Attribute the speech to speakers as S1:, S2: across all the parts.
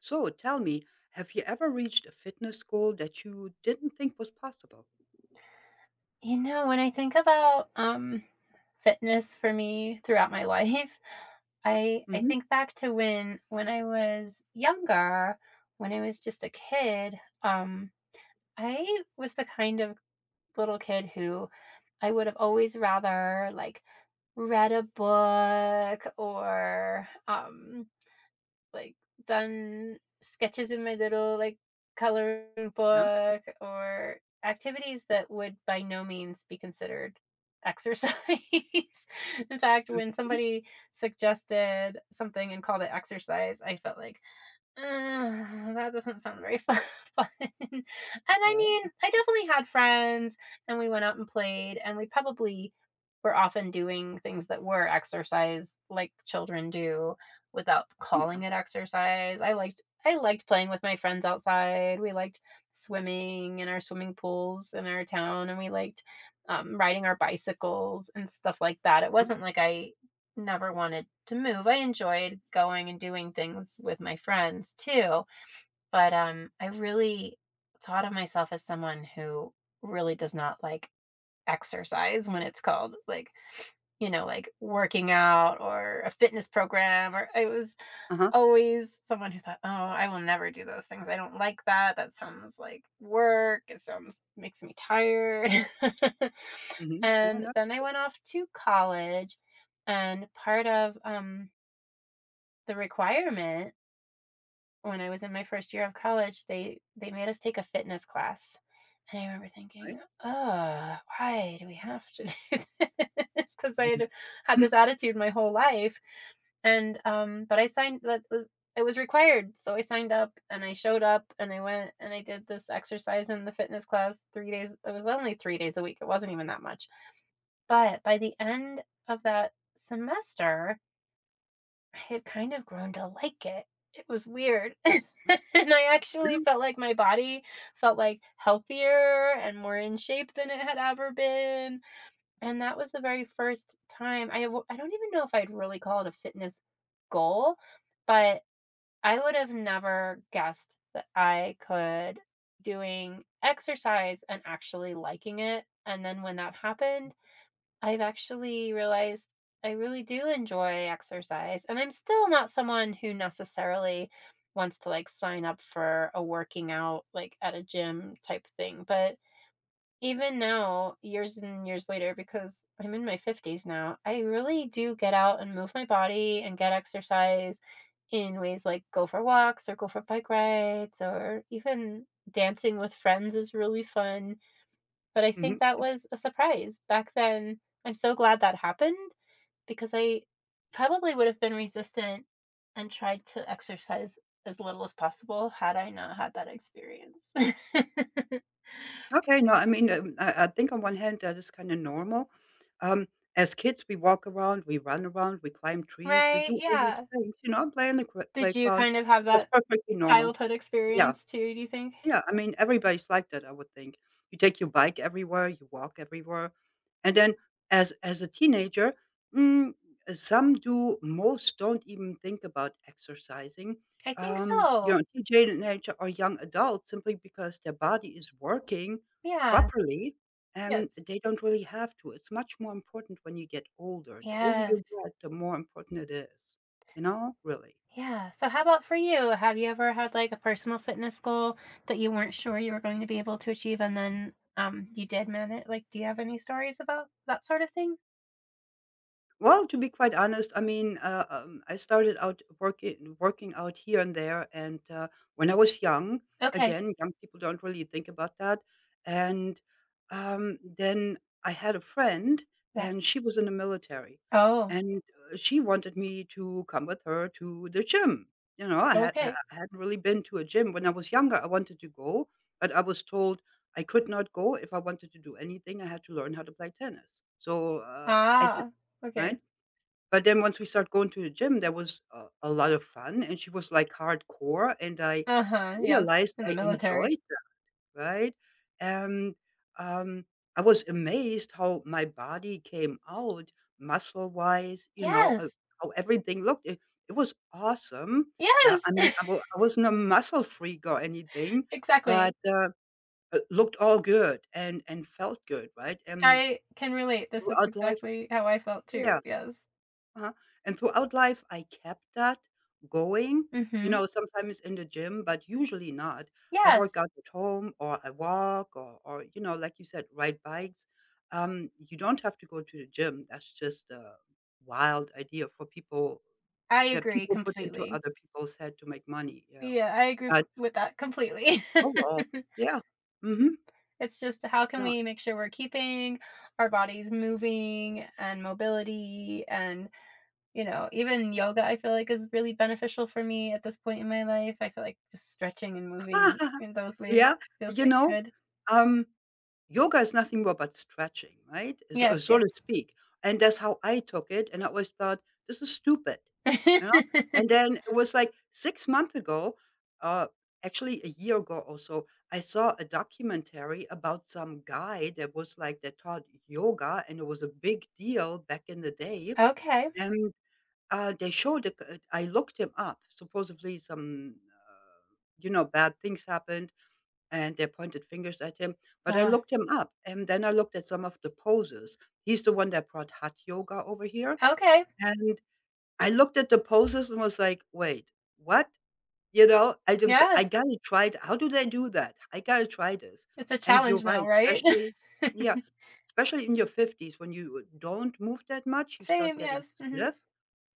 S1: So tell me, have you ever reached a fitness goal that you didn't think was possible?
S2: You know, when I think about, fitness for me throughout my life, I
S1: Mhm.
S2: think back to when I was younger, when I was just a kid, I was the kind of little kid who I would have always rather, like, read a book or, like done sketches in my little like coloring
S1: Yeah.
S2: book or activities that would by no means be considered exercise. In fact, when
S1: Okay.
S2: somebody suggested something and called it exercise, I felt like, that doesn't sound very fun. Fun. And I
S1: Okay.
S2: mean, I definitely had friends and we went out and played and we probably were often doing things that were exercise like children do without
S1: Yeah.
S2: calling it exercise. I liked playing with my friends outside. We liked swimming in our swimming pools in our town and we liked riding our bicycles and stuff like that. It
S1: Uh-huh.
S2: wasn't like I never wanted to move. I enjoyed going and doing things with my friends too, but I really thought of myself as someone who really does not like exercise when it's called, like, like working out or a fitness program, or it was
S1: Uh-huh.
S2: always someone who thought, "Oh, I will never do those things. I don't like that. That sounds like work. It sounds makes me tired."
S1: Mhm. Yeah,
S2: And
S1: no,
S2: then I went off to college, and part of the requirement when I was in my first year of college, they made us take a fitness class. And I remember thinking,
S1: right.
S2: "Oh, why do we have to do this?" Because I
S1: Mhm.
S2: had had
S1: Mm,
S2: this attitude my whole life. And but I signed, that was, it was required. So I signed up and I showed up and I went and I did this exercise in the fitness class 3 days. It was only 3 days a week. It wasn't even that much. But by the end of that semester, I had kind of grown to like it. It was weird. And I actually
S1: Yeah.
S2: felt like my body felt, like, healthier and more in shape than it had ever been, and that was the very first time I w I don't even know if I'd really call it a fitness goal, but I would have never guessed that I could doing exercise and actually liking it, and then when that happened I've actually realized I really do enjoy exercise, and I'm still not someone who necessarily wants to like sign up for a working out like at a gym type thing. But even now, years and years later, because I'm in my 50s now, I really do get out and move my body and get exercise in ways like go for walks or go for bike rides or even dancing with friends is really fun. But I
S1: Mhm.
S2: think that was a surprise back then. I'm so glad that happened because I probably would have been resistant and tried to exercise as little as possible had I not had that experience.
S1: Okay, no, I mean, I think on one hand, that is kinda normal. Um, as kids, we walk around, we run around, we climb trees, we
S2: Right,
S1: do all these
S2: yeah.
S1: things, you know, play in the cr
S2: Did you
S1: playground.
S2: kind of have
S1: That's
S2: that
S1: perfectly normal.
S2: childhood
S1: Yeah.
S2: experience too, do you think?
S1: Yeah, I mean, everybody's like that, I would think. You take your bike everywhere, you walk everywhere, and then as a teenager, mm, some do, most don't even think about exercising.
S2: I think
S1: You
S2: so.
S1: know, teenager or young adults simply because their body is working
S2: Yeah,
S1: properly and
S2: yes.
S1: they don't really have to. It's much more important when you get older. The older
S2: Yes.
S1: you get, the more important it is, you know, really.
S2: Yeah. So how about for you? Have you ever had like a personal fitness goal that you weren't sure you were going to be able to achieve and then you did manage? Like, do you have any stories about that sort of thing?
S1: Well, to be quite honest, I mean, I started out working out here and there, and when I was young,
S2: Okay.
S1: again, young people don't really think about that. And then I had a friend,
S2: Yes.
S1: and she was in the military,
S2: Oh,
S1: and she wanted me to come with her to the gym. You know, I had I
S2: okay.
S1: I hadn't really been to a gym when I was younger. I wanted to go, but I was told I could not go if I wanted to do anything. I had to learn how to play tennis, so I did,
S2: Ah,
S1: right?
S2: okay.
S1: But then once we start going to the gym, that was a lot of fun, and she was, like, hardcore, and I
S2: Uh-huh. Yes.
S1: realized
S2: In the
S1: I
S2: military.
S1: enjoyed that, right? And, um, I was amazed how my body came out muscle-wise, you know,
S2: Yes.
S1: how everything looked. It was awesome. Yeah, I
S2: Yes.
S1: mean, I wasn't a muscle freak or anything, but,
S2: Exactly.
S1: it looked all good and felt good, right? And
S2: I can relate. This is
S1: throughout life,
S2: exactly how I felt
S1: yeah.
S2: too. Yes.
S1: Uh-huh, and throughout life, I kept that going, you
S2: Mm-hmm.
S1: know, sometimes in the gym, but usually not. I work
S2: Yes.
S1: out at home or I walk or you know, like you said, ride bikes. You don't have to go to the gym. That's just a wild idea for people
S2: I
S1: that
S2: agree
S1: people put into
S2: completely.
S1: other people's head to make money, yeah,
S2: Yeah, I agree
S1: but
S2: with that completely.
S1: oh, well, yeah, mhm,
S2: It's just how can
S1: no.
S2: we make sure we're keeping our bodies moving and mobility and, you know, even yoga I feel like is really beneficial for me at this point in my life. I feel like just stretching and moving in those ways
S1: Yeah,
S2: feels
S1: you
S2: like
S1: know,
S2: good.
S1: um. Yoga is nothing more but stretching, right? Is
S2: Yes,
S1: so
S2: yes.
S1: to speak, and that's how I took it, and I always thought, "This is stupid," you know? And then it was, like, 6 months ago, uh, actually a year ago or so, I saw a documentary about some guy that was, like that taught yoga, and it was a big deal back in the day,
S2: Okay.
S1: and, they showed a c I looked him up. Supposedly some, you know, bad things happened, and they pointed fingers at him, but I
S2: Ah,
S1: looked him up, and then I looked at some of the poses. He's the one that brought Hatha Yoga over here,
S2: okay.
S1: and I looked at the poses and was like, "Wait, what?" You know, I
S2: Yes.
S1: gotta try it. How do they do that? I gotta try this.
S2: It's a
S1: And you're
S2: challenge
S1: right,
S2: now, right?
S1: especially yeah, especially in your 50s when you don't move that much, you start
S2: Same,
S1: getting
S2: yes, mhm.
S1: stiff.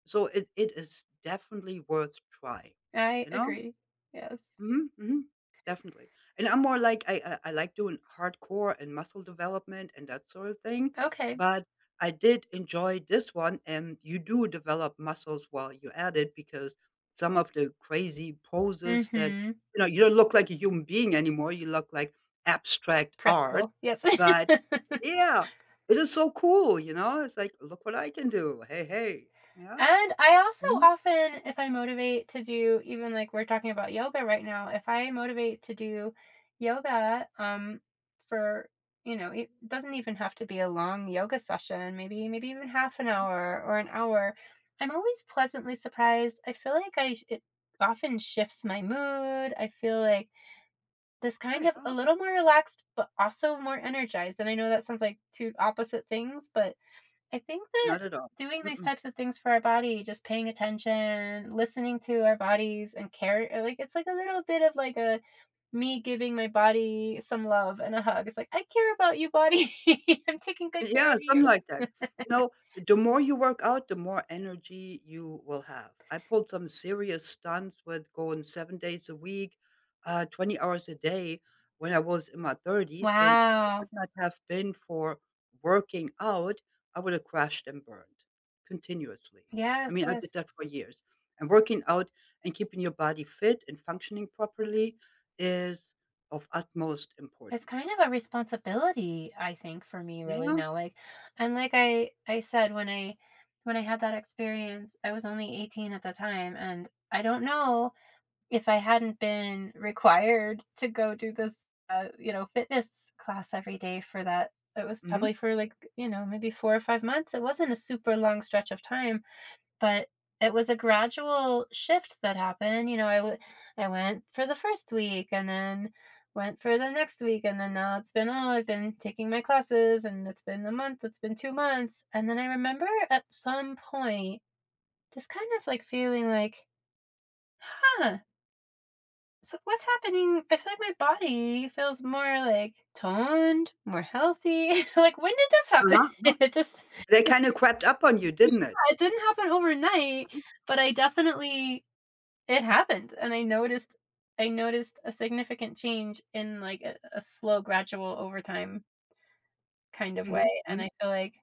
S1: So it is definitely worth trying,
S2: I
S1: you know?
S2: agree. Yes.
S1: Mhm, mhm, definitely, and I'm more like I like doing hardcore and muscle development and that sort of thing,
S2: Okay.
S1: but I did enjoy this one, and you do develop muscles while you're at it because some of the crazy poses that
S2: Mhm.
S1: you know, you don't look like a human being anymore, you look like abstract art,
S2: Pretzel. Yes.
S1: but yeah, it is so cool, you know? It's like, "Look what I can do. Hey, hey." Yeah.
S2: And I also
S1: Mhm,
S2: often, if I motivate to do even like we're talking about yoga right now, if I motivate to do yoga, for you know, it doesn't even have to be a long yoga session, maybe even half an
S1: mhm.
S2: hour or an hour. I'm always pleasantly surprised. I feel like I it often shifts my mood. I feel like this
S1: Oh,
S2: kind of
S1: yeah.
S2: a little more relaxed, but also more energized. And I know that sounds like two opposite things, but I think that
S1: Not at all.
S2: doing these
S1: Mm-mm.
S2: types of things for our body, just paying attention, listening to our bodies and care like, it's like a little bit of, like, a me giving my body some love and a hug. It's like, "I care about you, body. I'm taking good care
S1: Yeah,
S2: of
S1: something like that.
S2: you."
S1: No, the more you work out, the more energy you will have. I pulled some serious stunts with going 7 days a week, 20 hours a day when I was in my 30s, and if it would
S2: Wow.
S1: not have been for working out, I would have crashed and burned continuously. I
S2: Yes,
S1: mean, I
S2: yes.
S1: did that for years. And working out and keeping your body fit and functioning properly is of utmost
S2: It's kind
S1: importance.
S2: of a
S1: So,
S2: responsibility, I think, for me really
S1: yeah.
S2: now, like and like I said, when I had that experience, I was only 18 at the time, and I don't know if I hadn't been required to go do this, you know, fitness class every day for that it was
S1: Mhm.
S2: probably for, like, you know, maybe 4 or 5 months. It wasn't a super long stretch of time, but it was a gradual shift that happened, you know, I w I went for the 1st week and then went for the next week, and then now it's been, "Oh, I've been taking my classes," and it's been a month, it's been 2 months, and then I remember at some point just kind of, like, feeling like, "Huh, so what's happening? I feel like my body feels more like toned, more healthy. Like when did this happen?
S1: Uh-huh. No,
S2: It just
S1: they kinda crept up on you,
S2: yeah,
S1: didn't it?
S2: it didn't happen overnight,
S1: Mhm,
S2: but I definitely it happened and I noticed a significant change in like a slow gradual over time kind of way
S1: mhm,
S2: and
S1: mhm.
S2: I feel like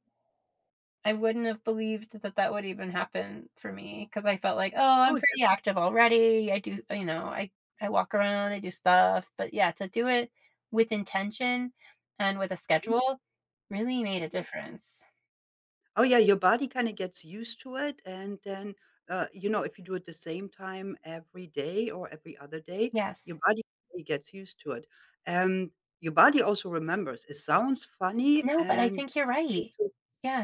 S2: I wouldn't have believed that that would even happen for me because I felt like, "Oh,
S1: Oh,
S2: I'm pretty
S1: definitely,
S2: active already. I do you know, I walk around, I do stuff." But, yeah, to do it with intention and with a schedule really made a
S1: mhm.
S2: difference.
S1: Oh, yeah, your body kinda gets used to it, and then, you know, if you do it the same time every day or every other day,
S2: Yes.
S1: your body really gets used to it. And your body also remembers. It sounds funny
S2: No, but I
S1: and
S2: think you're
S1: seems
S2: right.
S1: to,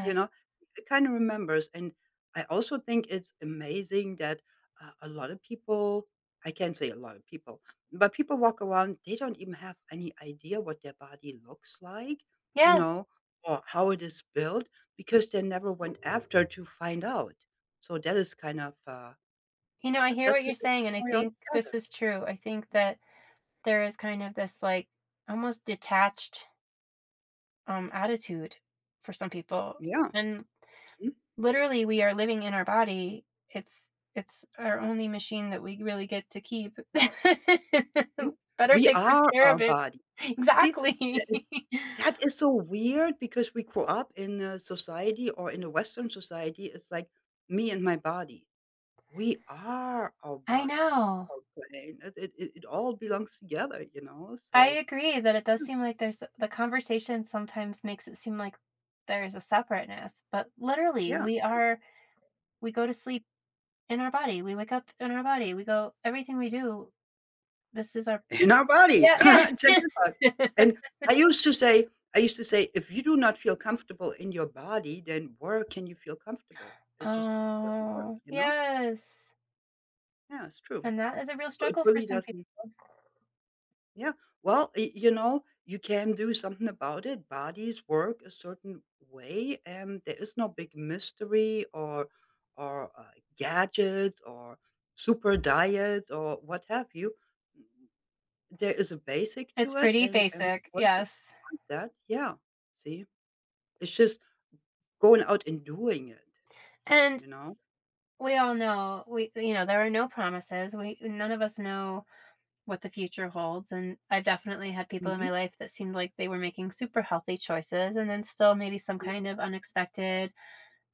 S1: you know, it kinda remembers, and I also think it's amazing that, a lot of people I can't say a lot of people, but people walk around, they don't even have any idea what their body looks like, you
S2: Yes.
S1: know, or how it is built because they never went after to find out. So that is kind of,
S2: You know, I hear what
S1: that's a
S2: you're
S1: different
S2: saying, and I
S1: story
S2: think
S1: altogether.
S2: this is true. I think that there is kind of this, like, almost detached, attitude for some people,
S1: Yeah.
S2: and
S1: Mhm,
S2: literally, we are living in our body. It's our only machine that we really get to keep.
S1: mhm.
S2: Better
S1: We
S2: take good
S1: are
S2: care
S1: our
S2: of it.
S1: body. See,
S2: Exactly.
S1: that is so weird because we grew up in a society or in a Western society, it's like me and my body. We are our
S2: I
S1: body,
S2: know.
S1: our brain. It all belongs together, you know?
S2: I
S1: So,
S2: agree that it does seem like there's the conversation sometimes makes it seem like there's a separateness, but literally,
S1: yeah,
S2: we are we go to sleep in our body, we wake up in our body, we go everything we do, this is our
S1: in our body.
S2: yeah,
S1: Check
S2: yeah.
S1: this out. And I used to say I used to say, "If you do not feel comfortable in your body, then where can you feel comfortable?" It just doesn't work,
S2: Oh,
S1: you know?
S2: yes.
S1: Yeah, it's true.
S2: And that is a real
S1: So it
S2: struggle for
S1: really
S2: some people.
S1: doesn't. Yeah. Well, y- you know, you can do something about it. Bodies work a certain way, and there is no big mystery or gadgets or super diets or what have you. There is a basic to
S2: It's
S1: it,
S2: pretty
S1: and
S2: basic,
S1: once you
S2: yes.
S1: exploit that, yeah. See, it's just going out and doing it.
S2: And
S1: You know.
S2: we all know we you know, there are no promises. We none of us know what the future holds, and I've definitely had people in my
S1: Hmm.
S2: life that seemed like they were making super healthy choices and then still maybe some kind of unexpected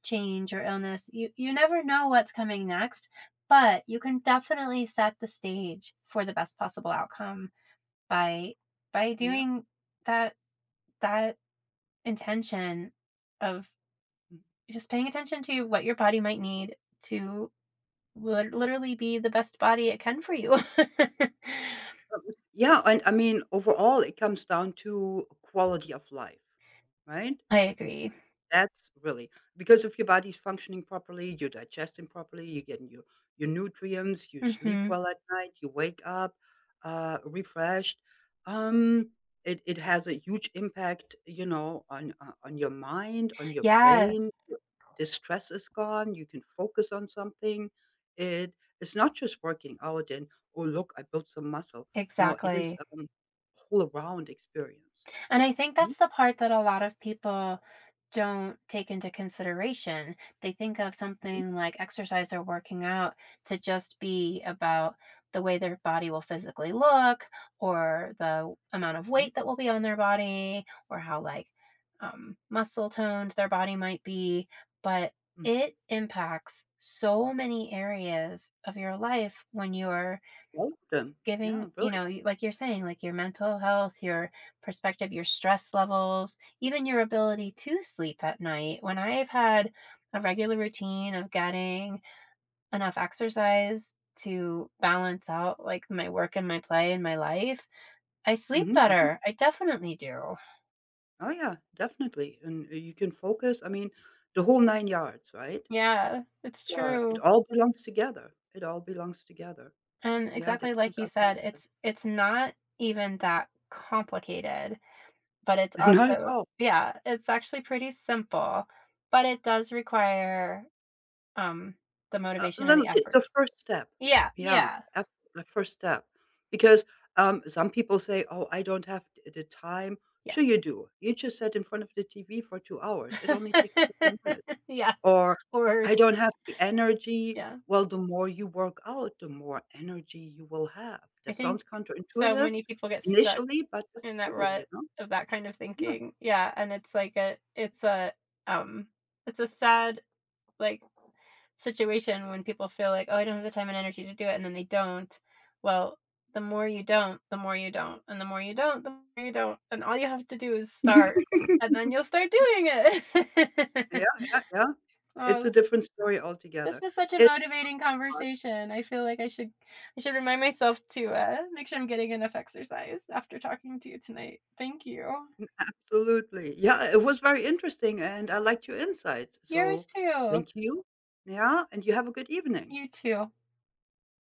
S2: change or illness. You never know what's coming next, but you can definitely set the stage for the best possible outcome by by
S1: Yeah.
S2: doing that that intention of
S1: Mm.
S2: just paying attention to what your body might need to literally be the best body it can for you.
S1: Um, Yeah, and I mean, overall, it comes down to quality of life, right?
S2: I agree.
S1: That's really because if your body's functioning properly, you're digesting properly, you're getting your nutrients, you sleep
S2: Mhm.
S1: well at night, you wake up, refreshed. Um, it has a huge impact, you know, on your mind, on your
S2: Yes,
S1: brain. Your the stress is gone, you can focus on something. It it's not just working out and, "Oh, look, I built some muscle." No, it is,
S2: exactly.
S1: whole around experience.
S2: And I think
S1: Mhm,
S2: that's the part that a lot of people don't take into consideration. They think of
S1: mhm,
S2: something like exercise or working out to just be about the way their body will physically look or the amount of
S1: mhm,
S2: weight that will be on their body or how like muscle toned their body might be. But
S1: mhm.
S2: it impacts so many areas of your life when you're
S1: All of them. Yeah,
S2: giving you
S1: really.
S2: know like you're saying like your mental health your perspective your stress levels even your ability to sleep at night when I've had a regular routine of getting enough exercise to balance out like my work and my play and my life I sleep
S1: Mhm, mhm.
S2: better I definitely do
S1: Oh, yeah, definitely, and, you can focus, I mean, the whole 9 yards, right?
S2: yeah it's
S1: It
S2: true
S1: all belongs together, it all belongs together.
S2: and
S1: Yeah,
S2: exactly
S1: that's not
S2: like you
S1: that
S2: said
S1: hard.
S2: it's it's not even that complicated. But it's
S1: Not at
S2: also
S1: all.
S2: yeah, it's actually pretty simple, but it does require, um, the
S1: A
S2: motivation and
S1: little
S2: the
S1: bit
S2: effort.
S1: the first step.
S2: Yeah,
S1: Yeah,
S2: yeah,
S1: af the first step, because, some people say, "Oh, I don't have the time." Sure
S2: yes.
S1: you do. You just sat in front of the TV for 2 hours. It only takes 30 minutes.
S2: Yes,
S1: Or, "I
S2: worse,
S1: don't have the energy."
S2: yeah.
S1: Well, the more you work out, the more energy you will have.
S2: I
S1: That
S2: think
S1: sounds
S2: so
S1: counterintuitive
S2: many people get stuck
S1: initially, but that's
S2: in that
S1: true, you
S2: rut
S1: know?
S2: of that kind of
S1: Yeah.
S2: thinking, yeah, and it's like a it's a, um, it's a sad like situation when people feel like, "Oh, I don't have the time and energy to do it," and then they don't. Well, the more you don't, the more you don't, and the more you don't, the more you don't, and all you have to do is start, and then you'll start doing
S1: Yeah,
S2: it.
S1: yeah, yeah. It's a
S2: Oh,
S1: different story
S2: this
S1: altogether.
S2: was such a
S1: It's
S2: motivating conversation. I feel like I should remind myself to, make sure I'm getting enough exercise after talking to you tonight. Thank you.
S1: Absolutely. Yeah, it was very interesting, and I liked your insights.
S2: Yours
S1: So
S2: too.
S1: thank you. Yeah, and you have a good evening.
S2: You too.